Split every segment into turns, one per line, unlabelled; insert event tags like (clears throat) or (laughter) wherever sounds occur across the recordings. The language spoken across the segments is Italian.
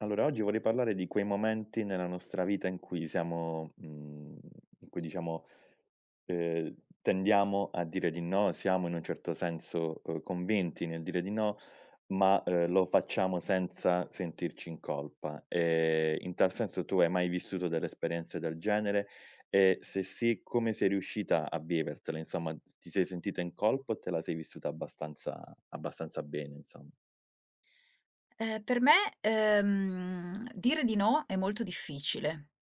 Allora, oggi vorrei parlare di quei momenti nella nostra vita in cui siamo, in cui diciamo, ehm, tendiamo a dire di no, siamo in un certo senso, convinti nel dire di no, ma, lo facciamo senza sentirci in colpa. In tal senso tu hai mai vissuto delle esperienze del genere? E se sì, come sei riuscita a vivertela? Insomma, ti sei sentita in colpa o te la sei vissuta abbastanza bene, insom
Per me, dire di no è molto difficile,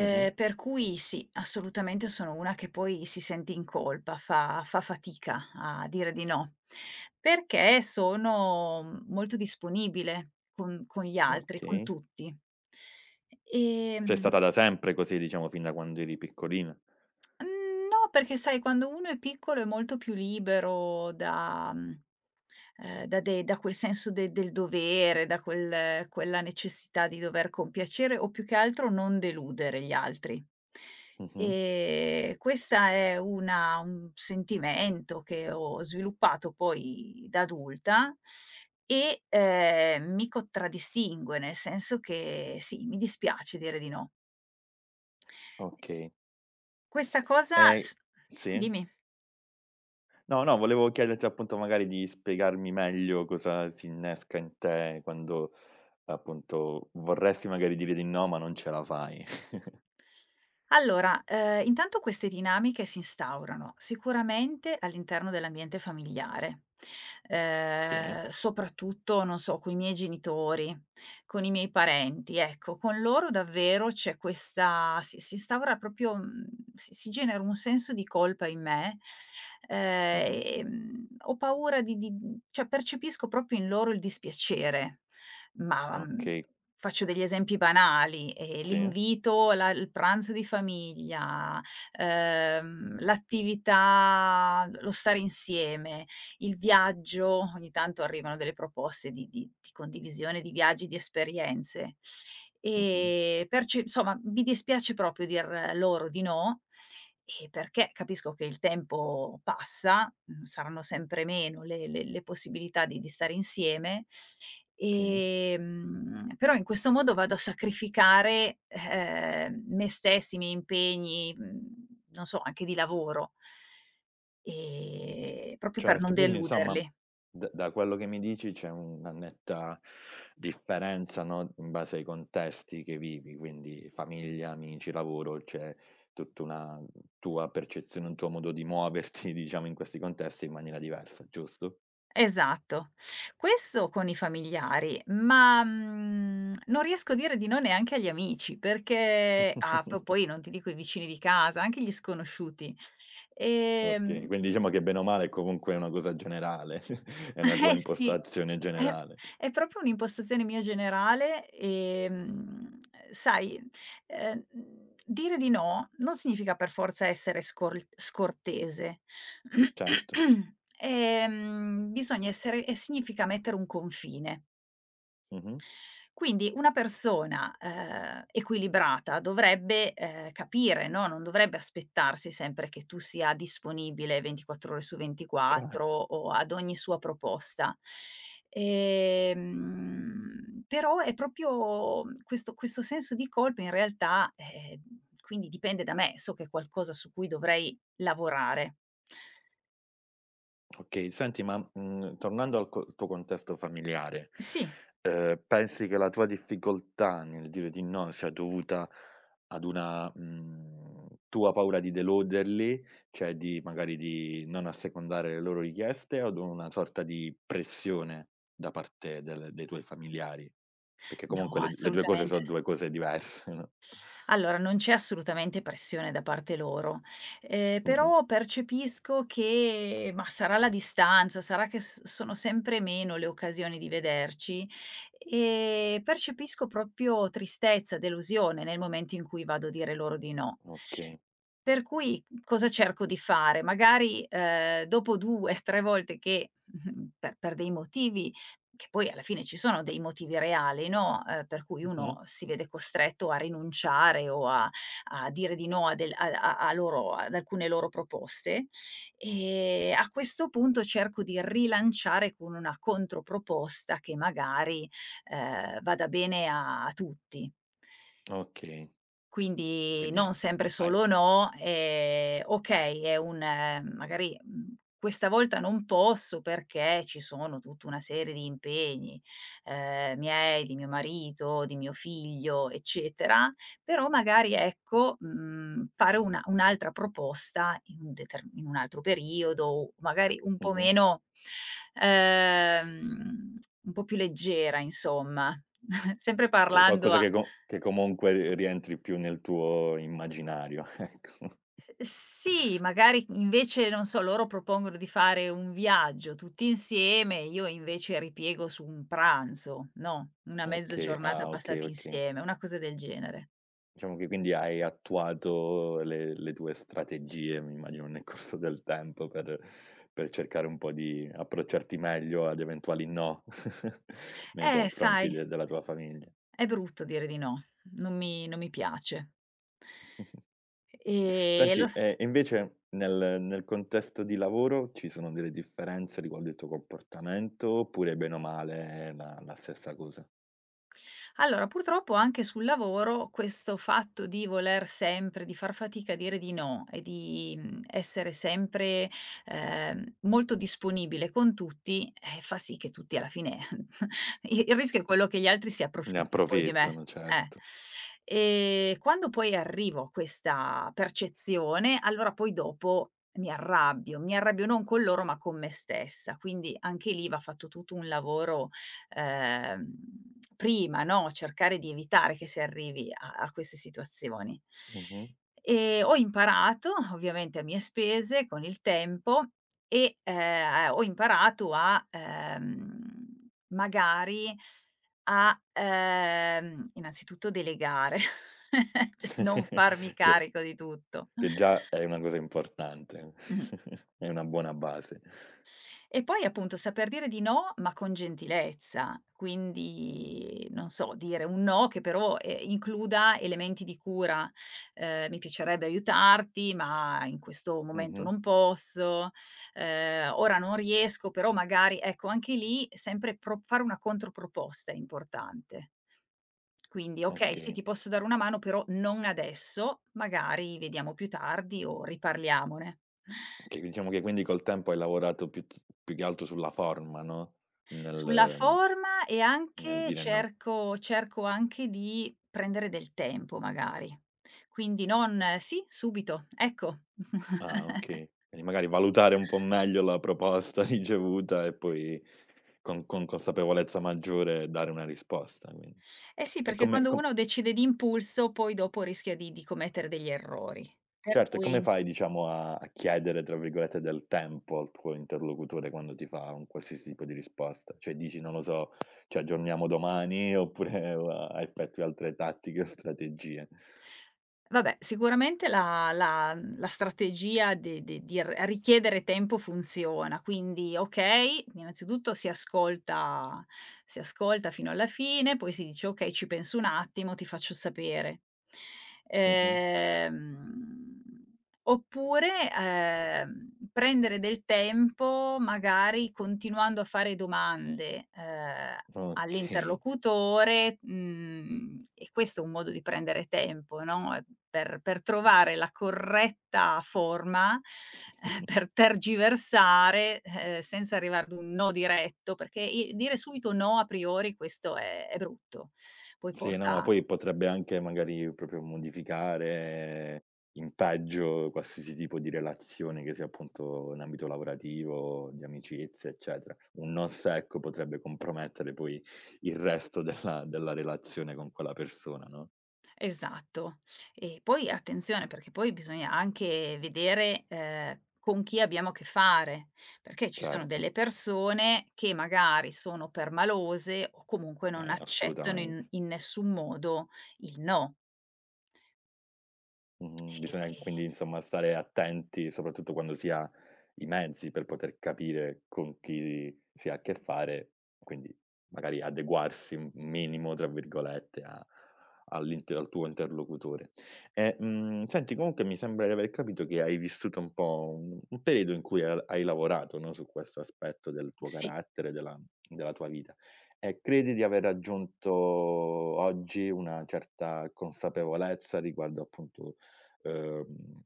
mh-mh,
per cui sì, assolutamente sono una che poi si sente in colpa, fa fatica a dire di no, perché sono molto disponibile con gli altri, con
okay.
tutti. Ehm
Sei stata da sempre così, diciamo, fin da quando eri piccolina.
Mhmm, no, perché sai quando uno è piccolo è molto più libero da quel senso de del dovere, da quella necessità di dover compiacere o più che altro non deludere gli altri.
Mh-mh,
Questa è una un sentimento che ho sviluppato poi da adulta e, mi contraddistingue, nel senso che sì, mi dispiace dire di no.
okay.
Questa cosa
E
s S
sì?
Dimmi.
No, no, volevo chiederti appunto magari di spiegarmi meglio cosa si innesca in te quando, appunto, vorresti magari dire di no, ma non ce la fai. (laughs)
Allora, intanto queste dinamiche si instaurano sicuramente all'interno dell'ambiente familiare,
Sì.
soprattutto, non so, coi miei genitori, con i miei parenti, ecco, con loro davvero c'è questa si si instaura proprio, mhmm, si si genera un senso di colpa in me,
Mh-mh.
ho paura cioè percepisco proprio in loro il dispiacere. Ma,
Okay.
faccio degli esempi banali,
Sì.
l'invito, la il pranzo di famiglia, l'attività lo stare insieme, il viaggio, ogni tanto arrivano delle proposte di condivisione di viaggi, di esperienze.
Mh-mh.
Perce Insomma, mi dispiace proprio dir loro di no, perché capisco che il tempo passa, saranno sempre meno le possibilità di stare insieme.
Sì.
Però in questo modo vado a sacrificare, me stessa, i miei impegni, non so, anche di lavoro, proprio per non
Certo, quindi insomma
deluderli.
d da quello che mi dici c'è una netta differenza, no, in base ai contesti che vivi, quindi famiglia, amici, lavoro, c'è tutta una tua percezione, un tuo modo di muoverti, (laughs) diciamo, in questi contesti in maniera diversa, giusto?
Esatto. Questo con i familiari, ma, non riesco a dire di no neanche agli amici, perché ah, p poi
(laughs)
non ti dico i vicini di casa, anche gli sconosciuti.
Okay,
Ehm
quindi diciamo che bene o male comunque è comunque una cosa generale, (laughs) è una tua
Eh sì,
impostazione
è
generale.
è proprio un'impostazione mia generale, sai, dire di no non significa per forza essere scortese.
Certo.
(clears throat) Bisogna essere e Significa mettere un confine.
Mh-mh.
Quindi una persona, equilibrata dovrebbe, capire, no, non dovrebbe aspettarsi sempre che tu sia disponibile 24 ore su 24
Certo.
o ad ogni sua proposta. Però è proprio questo senso di colpa in realtà, quindi dipende da me, so che è qualcosa su cui dovrei lavorare.
Okay, senti ma, tornando al co tuo contesto familiare,
Sì,
pensi che la tua difficoltà nel dire di no sia dovuta ad una, tua paura di deluderli, cioè di magari di non assecondare le loro richieste o ad una sorta di pressione da parte del dei tuoi familiari? Perché
no,
comunque le 2 cose
assolutamente.
so' 2 cose diverse, no? (laughs)
Allora, non c'è assolutamente pressione da parte loro,
Mh-mh.
però percepisco che mah, sarà la distanza, sarà che s sono sempre meno le occasioni di vederci, percepisco proprio tristezza, delusione nel momento in cui vado a dire loro di no.
Okay.
Per cui cosa cerco di fare? Magari, dopo 2, 3 (laughs) volte che, (laughs) per dei motivi che poi alla fine ci sono dei motivi reali, no, per cui
Mh-mh.
uno si vede costretto a rinunciare o a dire di no a del a a a loro, ad alcune loro proposte. A questo punto cerco di rilanciare con una controproposta che magari, vada bene a tutti.
Okay,
Quindi
quindi
non sempre
hai
solo no, okay, è un magari, questa volta non posso perché ci sono tutta una serie di impegni, miei, di mio marito, di mio figlio, eccetera, però magari ecco, fare una un'altra proposta in un deter in un altro periodo o magari un po'
mh-mh.
meno, ehm, un po' più leggera insomma, (laughs) sempre
Che è
parlando
qualcosa
a.
che comunque rientri più nel tuo immaginario, (laughs) ecco.
Sì, magari invece, non so, loro propongono di fare un viaggio tutti insieme, io invece ripiego su un pranzo, no, una mezza
Okay,
giornata
ah, okay,
passata
okay.
insieme, una cosa del genere.
Diciamo che quindi hai attuato le tue strategie, mi immagino, nel corso del tempo per cercare un po' di approcciarti meglio ad eventuali no (laughs) nei confronti
Sai,
de della tua famiglia.
è brutto dire di no, non mi piace.
(laughs) Senti,
Lo s
e invece nel contesto di lavoro ci sono delle differenze riguardo il tuo comportamento oppure bene o male è la stessa cosa?
Allora, purtroppo anche sul lavoro questo fatto di voler sempre, di far fatica a dire di no e di essere sempre, molto disponibile con tutti, fa sì che tutti alla fine (laughs) i il rischio è quello che gli altri si
Ne
approfittino poi di me.
approfittano, certo.
E quando poi arrivo a questa percezione, allora poi dopo mi arrabbio non con loro ma con me stessa. Quindi anche lì va fatto tutto un lavoro, ehm, prima, no, cercare di evitare che si arrivi a queste situazioni.
Mh-mh.
Ho imparato, ovviamente a mie spese, con il tempo, e ho imparato magari a, innanzitutto delegare, (laughs) cioè non
(laughs)
farmi
Che
carico di tutto.
già è una cosa importante,
Mh.
(laughs) è una buona base.
E poi appunto saper dire di no, ma con gentilezza, quindi non so, dire un no che però, includa elementi di cura: "Mi piacerebbe aiutarti, ma in questo momento
Mh-mh.
non posso, ora non riesco, però magari", ecco anche lì sempre pro fare una controproposta è importante. Quindi: "Okay, sì,
Okay.
ti posso dare una mano, però non adesso, magari vediamo più tardi o riparliamone."
Okay, diciamo che quindi col tempo hai lavorato più che altro sulla forma, no,
Sulla
nel
forma, e
nel
anche
dire no.
cerco anche di prendere del tempo magari. Quindi non: "Sì, subito, ecco."
Ah,
(laughs)
okay. Quindi magari valutare un po' meglio la proposta (laughs) ricevuta e poi con consapevolezza maggiore dare una risposta, quindi.
Eh sì,
E
perché
come
quando
com
uno decide d'impulso poi dopo rischia di commettere degli errori. Per
Certo, e come
cui
fai diciamo a "chiedere" tra virgolette del tempo al tuo interlocutore quando ti fa un qualsiasi tipo di risposta? Cioè dici, non lo so, ci aggiorniamo domani oppure (laughs) a effettui altre tattiche o strategie?
Vabbè, sicuramente la strategia de de di r richiedere tempo funziona, quindi okay, innanzitutto si ascolta fino alla fine, poi si dice: "Okay, ci penso un attimo, ti faccio sapere".
Mh-mh.
Ehm, Oppure, prendere del tempo magari continuando a fare domande,
Okay.
all'interlocutore, e questo è un modo di prendere tempo, no, per trovare la corretta forma,
(laughs)
per tergiversare, senza arrivare ad un no diretto, perché i dire subito no a priori questo è brutto. Poi
Sì, no, ma
porta
poi potrebbe anche magari proprio modificare in peggio qualsiasi tipo di relazione, che sia appunto in ambito lavorativo, di amicizie, eccetera. Un no secco potrebbe compromettere poi il resto della relazione con quella persona, no,
Esatto. E poi attenzione, perché poi bisogna anche vedere, con chi abbiamo a che fare, perché ci sono
certo,
delle persone che magari sono permalose o comunque non accettano in
assolutamente.
in nessun modo il no.
Mh-mh.
E
Bisogna
e
quindi insomma stare attenti, soprattutto quando si ha i mezzi per poter capire con chi si ha a che fare, quindi magari adeguarsi un "minimo" tra virgolette a all'inter al tuo interlocutore. E, senti comunque mi sembra di aver capito che hai vissuto un po' un periodo in cui ha hai lavorato, no, su questo aspetto del tuo
sì.
carattere, della tua vita. E credi di aver raggiunto oggi una certa consapevolezza riguardo appunto uhm,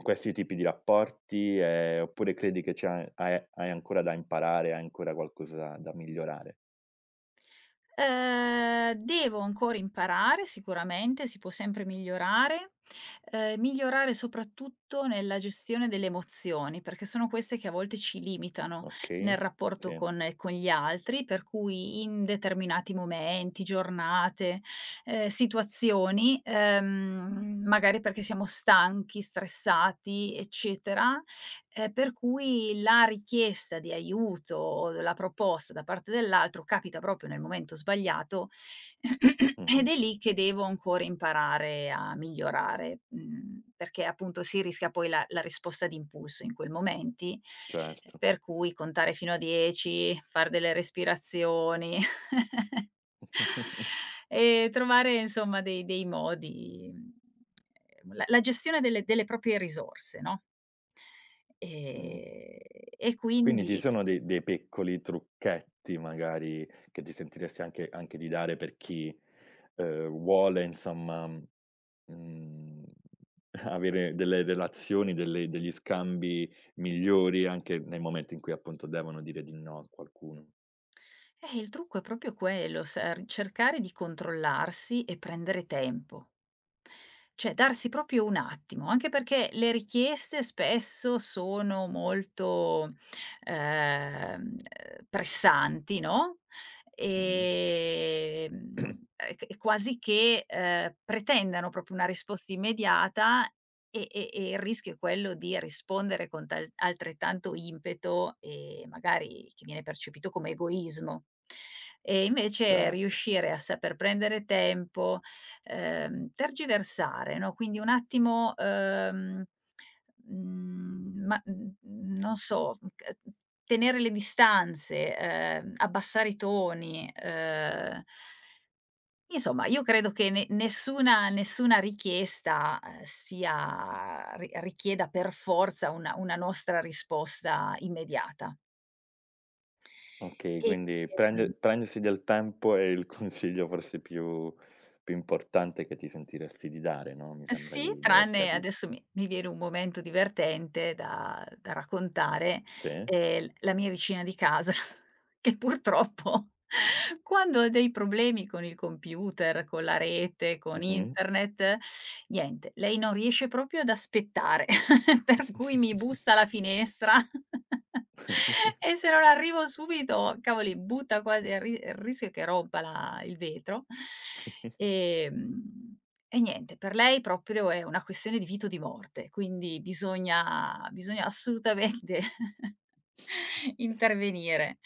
questi tipi di rapporti, oppure credi che c'ha hai ancora da imparare, hai ancora qualcosa da migliorare,
Devo ancora imparare sicuramente, si può sempre migliorare, migliorare soprattutto nella gestione delle emozioni, perché sono queste che a volte ci limitano nel
okay?
rapporto
Sì,
con gli altri, per cui in determinati momenti, giornate, situazioni, magari perché siamo stanchi, stressati, eccetera. Per cui la richiesta di aiuto o la proposta da parte dell'altro capita proprio nel momento sbagliato. (clears throat) Ed
mh-mh,
è lì che devo ancora imparare a migliorare, perché appunto si rischia poi la risposta d'impulso in quei momenti,
certo.
per cui contare fino a 10, far delle respirazioni. (laughs)
(laughs)
E trovare insomma dei modi, la gestione delle proprie risorse, no?
Mh.
Ehm, e
Quindi
quindi
ci
s
sono dei piccoli trucchetti magari che ti sentiresti anche di dare per chi, vuole insomma, mhmm, (laughs) avere delle relazioni, delle degli scambi migliori anche nei momenti in cui appunto devono dire di no a qualcuno.
Il trucco è proprio quello, ser cercare di controllarsi e prendere tempo. Cioè darsi proprio un attimo, anche perché le richieste spesso sono molto, pressanti, no,
Mh-mh.
e c quasi che, pretendano proprio una risposta immediata, e il rischio è quello di rispondere con tal altrettanto impeto, e magari che viene percepito come egoismo. E invece
Certo.
riuscire a saper prendere tempo, tergiversare, no, quindi un attimo, non so, mhmm, c tenere le distanze, abbassare i toni, insomma io credo che ne nessuna nessuna richiesta, sia ri richieda per forza una nostra risposta immediata.
Okay,
E,
quindi
ehm
prendersi del tempo è il (laughs) consiglio forse più importante che ti sentiresti di dare, no, mi sembra
Sì,
di aver
tranne
capito.
adesso mi viene un momento divertente da raccontare,
Sì,
l la mia vicina di casa (laughs) che purtroppo (laughs) quando ha dei problemi con il computer, con la rete, con
mh-mh.
internet, niente, lei non riesce proprio ad aspettare, (laughs) per cui mi bussa alla finestra (laughs) e se non arrivo subito, cavoli, butta quasi a ri il rischio che rompa la il vetro. Ehm e niente, per lei proprio è una questione di vita o di morte, quindi bisogna assolutamente (laughs) intervenire.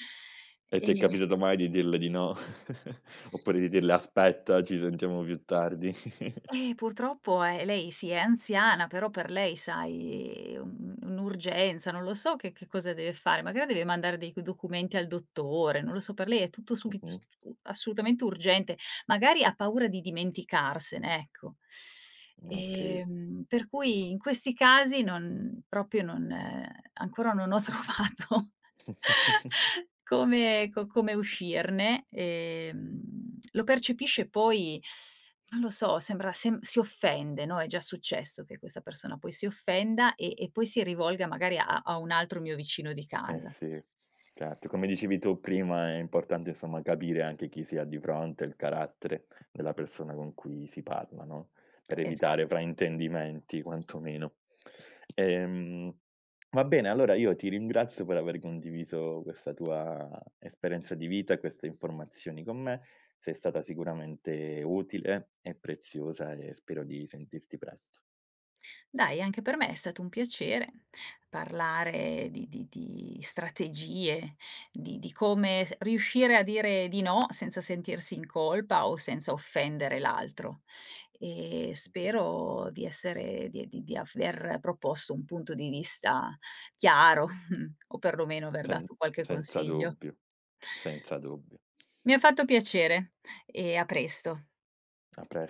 E ti è
Ehm
capitato mai di dirle di no? (laughs) Oppure di dirle: "Aspetta, ci sentiamo più tardi"? (laughs)
Purtroppo, lei sì, è anziana, però per lei, sai, un'urgenza, non lo so che cosa deve fare, magari deve mandare dei documenti al dottore, non lo so, per lei è tutto subit s
Mh-mh.
u assolutamente urgente, magari ha paura di dimenticarsene, ecco.
Okay.
Per cui in questi casi non proprio non ancora non ho (laughs) trovato come uscirne. Lo percepisce poi non lo so, sembra sem si offende, no, è già successo che questa persona poi si offenda e poi si rivolga magari a un altro mio vicino di
Eh
casa.
sì, certo. Come dicevi tu prima, è importante insomma capire anche chi si ha di fronte, il carattere della persona con cui si parla, no, per evitare
Esatto.
fraintendimenti quantomeno. Ehm, va bene, allora io ti ringrazio per aver condiviso questa tua esperienza di vita, queste informazioni con me. Sei stata sicuramente utile e preziosa e spero di sentirti presto.
Dai, anche per me è stato un piacere parlare di strategie, di come s riuscire a dire di no senza sentirsi in colpa o senza offendere l'altro. E
Mh-mh.
spero di aver proposto un punto di vista chiaro, (laughs) o perlomeno aver
Sen
dato qualche
senza
consiglio.
dubbio, senza dubbio.
Mi ha fatto piacere, e a presto.
A pres